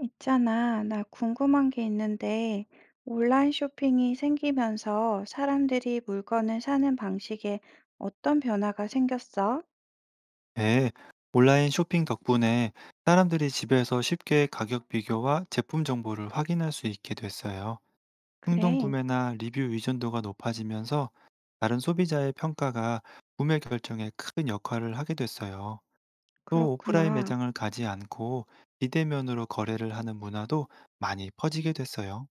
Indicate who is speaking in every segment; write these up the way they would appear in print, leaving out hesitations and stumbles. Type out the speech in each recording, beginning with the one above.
Speaker 1: 있잖아, 나 궁금한 게 있는데, 온라인 쇼핑이 생기면서 사람들이 물건을 사는 방식에 어떤 변화가 생겼어?
Speaker 2: 네, 온라인 쇼핑 덕분에 사람들이 집에서 쉽게 가격 비교와 제품 정보를 확인할 수 있게 됐어요. 충동
Speaker 1: 그래,
Speaker 2: 구매나 리뷰 의존도가 높아지면서 다른 소비자의 평가가 구매 결정에 큰 역할을 하게 됐어요. 또 오프라인
Speaker 1: 그렇구나.
Speaker 2: 매장을 가지 않고 비대면으로 거래를 하는 문화도 많이 퍼지게 됐어요.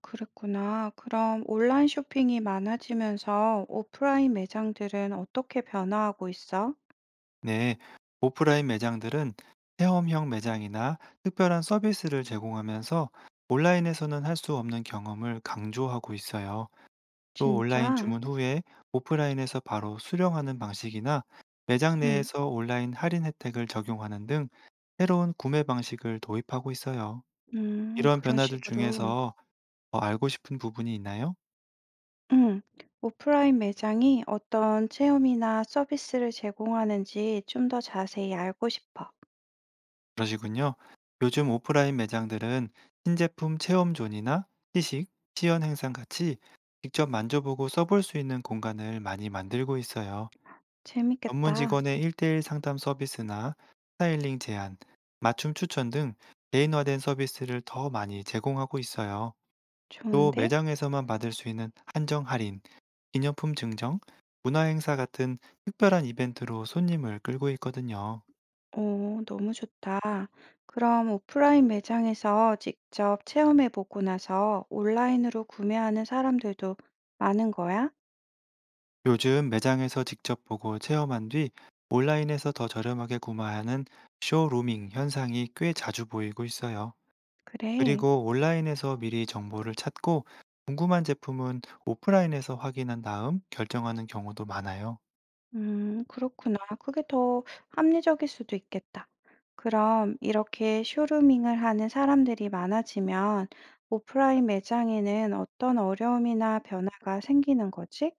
Speaker 1: 그랬구나. 그럼 온라인 쇼핑이 많아지면서 오프라인 매장들은 어떻게 변화하고 있어?
Speaker 2: 네, 오프라인 매장들은 체험형 매장이나 특별한 서비스를 제공하면서 온라인에서는 할 수 없는 경험을 강조하고 있어요. 또 온라인
Speaker 1: 진짜?
Speaker 2: 주문 후에 오프라인에서 바로 수령하는 방식이나 매장
Speaker 1: 응,
Speaker 2: 내에서 온라인 할인 혜택을 적용하는 등 새로운 구매 방식을 도입하고 있어요. 이런
Speaker 1: 그런
Speaker 2: 변화들
Speaker 1: 식으로.
Speaker 2: 중에서 더 알고 싶은 부분이 있나요?
Speaker 1: 응, 오프라인 매장이 어떤 체험이나 서비스를 제공하는지 좀 더 자세히 알고 싶어.
Speaker 2: 그러시군요. 요즘 오프라인 매장들은 신제품 체험존이나 시식, 시연 행상 같이 직접 만져보고 써볼 수 있는 공간을 많이 만들고 있어요. 전문
Speaker 1: 재밌겠다.
Speaker 2: 직원의 1대1 상담 서비스나 스타일링 제안, 맞춤 추천 등 개인화된 서비스를 더 많이 제공하고 있어요. 또
Speaker 1: 좋은데?
Speaker 2: 매장에서만 받을 수 있는 한정 할인, 기념품 증정, 문화 행사 같은 특별한 이벤트로 손님을 끌고 있거든요.
Speaker 1: 오, 너무 좋다. 그럼 오프라인 매장에서 직접 체험해보고 나서 온라인으로 구매하는 사람들도 많은 거야?
Speaker 2: 요즘 매장에서 직접 보고 체험한 뒤 온라인에서 더 저렴하게 구매하는 쇼루밍 현상이 꽤 자주 보이고 있어요.
Speaker 1: 그래.
Speaker 2: 그리고 온라인에서 미리 정보를 찾고 궁금한 제품은 오프라인에서 확인한 다음 결정하는 경우도 많아요.
Speaker 1: 그렇구나. 그게 더 합리적일 수도 있겠다. 그럼 이렇게 쇼루밍을 하는 사람들이 많아지면 오프라인 매장에는 어떤 어려움이나 변화가 생기는 거지?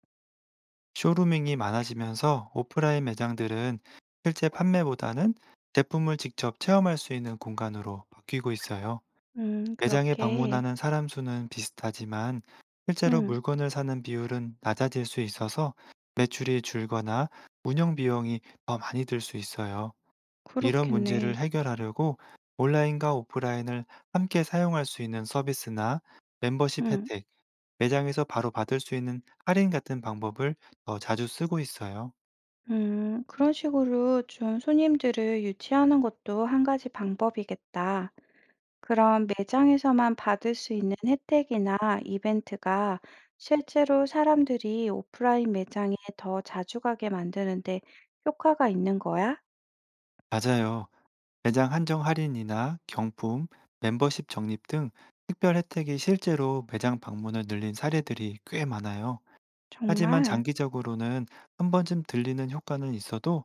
Speaker 2: 쇼루밍이 많아지면서 오프라인 매장들은 실제 판매보다는 제품을 직접 체험할 수 있는 공간으로 바뀌고 있어요. 매장에
Speaker 1: 그렇게.
Speaker 2: 방문하는 사람 수는 비슷하지만 실제로
Speaker 1: 음,
Speaker 2: 물건을 사는 비율은 낮아질 수 있어서 매출이 줄거나 운영 비용이 더 많이 들 수 있어요. 이런
Speaker 1: 그렇겠네.
Speaker 2: 문제를 해결하려고 온라인과 오프라인을 함께 사용할 수 있는 서비스나 멤버십
Speaker 1: 음.
Speaker 2: 혜택, 매장에서 바로 받을 수 있는 할인 같은 방법을 더 자주 쓰고 있어요.
Speaker 1: 그런 식으로 좀 손님들을 유치하는 것도 한 가지 방법이겠다. 그럼 매장에서만 받을 수 있는 혜택이나 이벤트가 실제로 사람들이 오프라인 매장에 더 자주 가게 만드는데 효과가 있는 거야?
Speaker 2: 맞아요. 매장 한정 할인이나 경품, 멤버십 적립 등 특별 혜택이 실제로 매장 방문을 늘린 사례들이 꽤 많아요. 하지만
Speaker 1: 정말?
Speaker 2: 장기적으로는 한 번쯤 들리는 효과는 있어도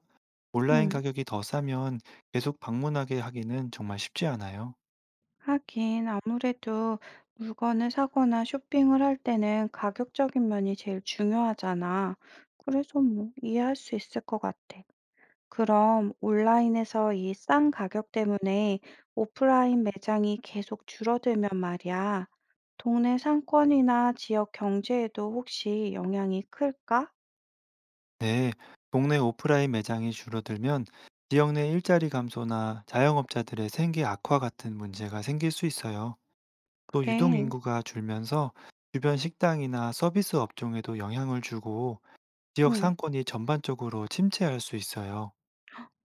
Speaker 2: 온라인
Speaker 1: 음,
Speaker 2: 가격이 더 싸면 계속 방문하게 하기는 정말 쉽지 않아요.
Speaker 1: 하긴 아무래도 물건을 사거나 쇼핑을 할 때는 가격적인 면이 제일 중요하잖아. 그래서 뭐 이해할 수 있을 것 같아. 그럼 온라인에서 이 싼 가격 때문에 오프라인 매장이 계속 줄어들면 말이야. 동네 상권이나 지역 경제에도 혹시 영향이 클까?
Speaker 2: 네, 동네 오프라인 매장이 줄어들면 지역 내 일자리 감소나 자영업자들의 생계 악화 같은 문제가 생길 수 있어요. 또 유동
Speaker 1: 그래,
Speaker 2: 인구가 줄면서 주변 식당이나 서비스 업종에도 영향을 주고 지역
Speaker 1: 응,
Speaker 2: 상권이 전반적으로 침체할 수 있어요.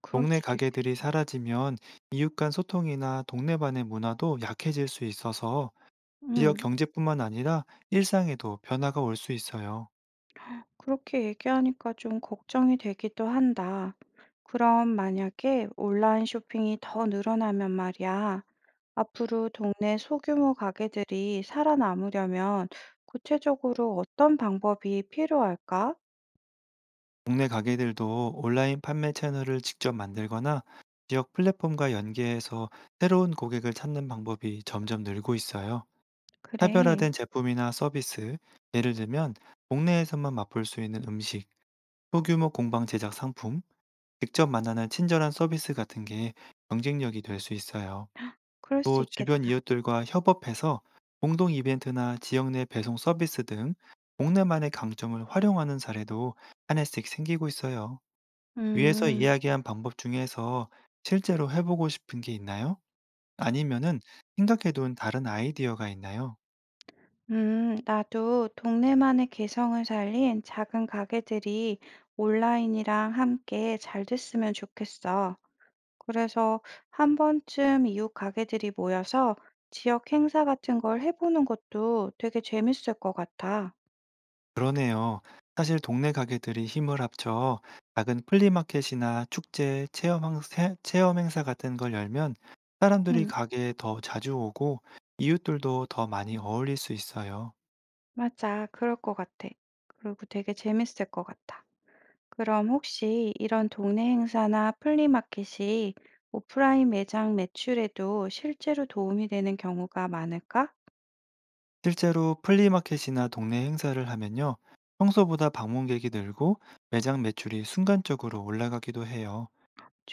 Speaker 1: 그럴
Speaker 2: 동네
Speaker 1: 수도
Speaker 2: 가게들이
Speaker 1: 있겠다.
Speaker 2: 사라지면 이웃 간 소통이나 동네만의 문화도 약해질 수 있어서 지역
Speaker 1: 응,
Speaker 2: 경제뿐만 아니라 일상에도 변화가 올 수 있어요.
Speaker 1: 그렇게 얘기하니까 좀 걱정이 되기도 한다. 그럼 만약에 온라인 쇼핑이 더 늘어나면 말이야. 앞으로 동네 소규모 가게들이 살아남으려면 구체적으로 어떤 방법이 필요할까?
Speaker 2: 동네 가게들도 온라인 판매 채널을 직접 만들거나 지역 플랫폼과 연계해서 새로운 고객을 찾는 방법이 점점 늘고 있어요.
Speaker 1: 그래,
Speaker 2: 차별화된 제품이나 서비스, 예를 들면 동네에서만 맛볼 수 있는 음식, 소규모 공방 제작 상품, 직접 만나는 친절한 서비스 같은 게 경쟁력이 될 수 있어요.
Speaker 1: 그럴 수
Speaker 2: 또 주변
Speaker 1: 있겠다.
Speaker 2: 이웃들과 협업해서 공동 이벤트나 지역 내 배송 서비스 등 동네만의 강점을 활용하는 사례도 한 해씩 생기고 있어요. 위에서
Speaker 1: 음,
Speaker 2: 이야기한 방법 중에서 실제로 해보고 싶은 게 있나요? 아니면은 생각해둔 다른 아이디어가 있나요?
Speaker 1: 나도 동네만의 개성을 살린 작은 가게들이 온라인이랑 함께 잘 됐으면 좋겠어. 그래서 한 번쯤 이웃 가게들이 모여서 지역 행사 같은 걸 해보는 것도 되게 재밌을 것 같아.
Speaker 2: 그러네요. 사실 동네 가게들이 힘을 합쳐 작은 플리마켓이나 축제, 체험, 체험 행사 같은 걸 열면 사람들이
Speaker 1: 음.
Speaker 2: 가게에 더 자주 오고 이웃들도 더 많이 어울릴 수 있어요.
Speaker 1: 맞아. 그럴 것 같아. 그리고 되게 재밌을 것 같아. 그럼 혹시 이런 동네 행사나 플리마켓이 오프라인 매장 매출에도 실제로 도움이 되는 경우가 많을까?
Speaker 2: 실제로 플리마켓이나 동네 행사를 하면요. 평소보다 방문객이 늘고 매장 매출이 순간적으로 올라가기도 해요.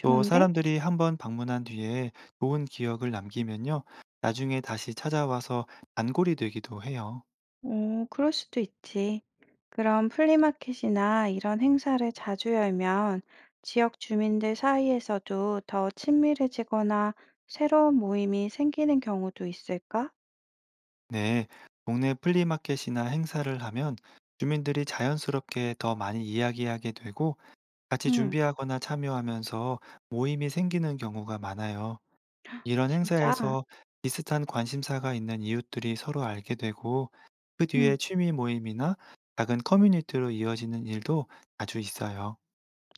Speaker 2: 또 사람들이 한번 방문한 뒤에 좋은 기억을 남기면요. 나중에 다시 찾아와서 단골이 되기도 해요.
Speaker 1: 오, 그럴 수도 있지. 그럼 플리마켓이나 이런 행사를 자주 열면 지역 주민들 사이에서도 더 친밀해지거나 새로운 모임이 생기는 경우도 있을까?
Speaker 2: 네, 동네 플리마켓이나 행사를 하면 주민들이 자연스럽게 더 많이 이야기하게 되고 같이
Speaker 1: 응,
Speaker 2: 준비하거나 참여하면서 모임이 생기는 경우가 많아요. 이런
Speaker 1: 진짜.
Speaker 2: 행사에서 비슷한 관심사가 있는 이웃들이 서로 알게 되고 그 뒤에
Speaker 1: 응.
Speaker 2: 취미 모임이나 작은 커뮤니티로 이어지는 일도 자주 있어요.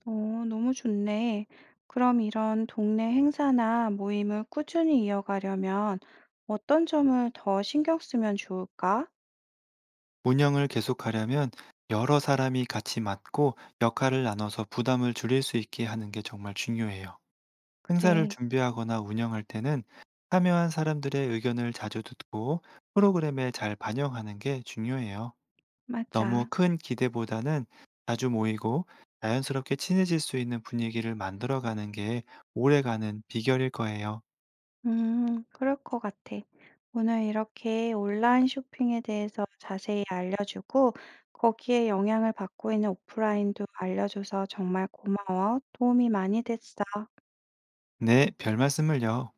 Speaker 1: 어, 너무 좋네. 그럼 이런 동네 행사나 모임을 꾸준히 이어가려면 어떤 점을 더 신경 쓰면 좋을까?
Speaker 2: 운영을 계속하려면 여러 사람이 같이 맡고 역할을 나눠서 부담을 줄일 수 있게 하는 게 정말 중요해요. 행사를
Speaker 1: 그래,
Speaker 2: 준비하거나 운영할 때는 참여한 사람들의 의견을 자주 듣고 프로그램에 잘 반영하는 게 중요해요. 너무
Speaker 1: 맞아.
Speaker 2: 큰 기대보다는 자주 모이고 자연스럽게 친해질 수 있는 분위기를 만들어가는 게 오래가는 비결일 거예요.
Speaker 1: 그럴 것 같아. 오늘 이렇게 온라인 쇼핑에 대해서 자세히 알려주고 거기에 영향을 받고 있는 오프라인도 알려줘서 정말 고마워. 도움이 많이 됐어.
Speaker 2: 네, 별 말씀을요.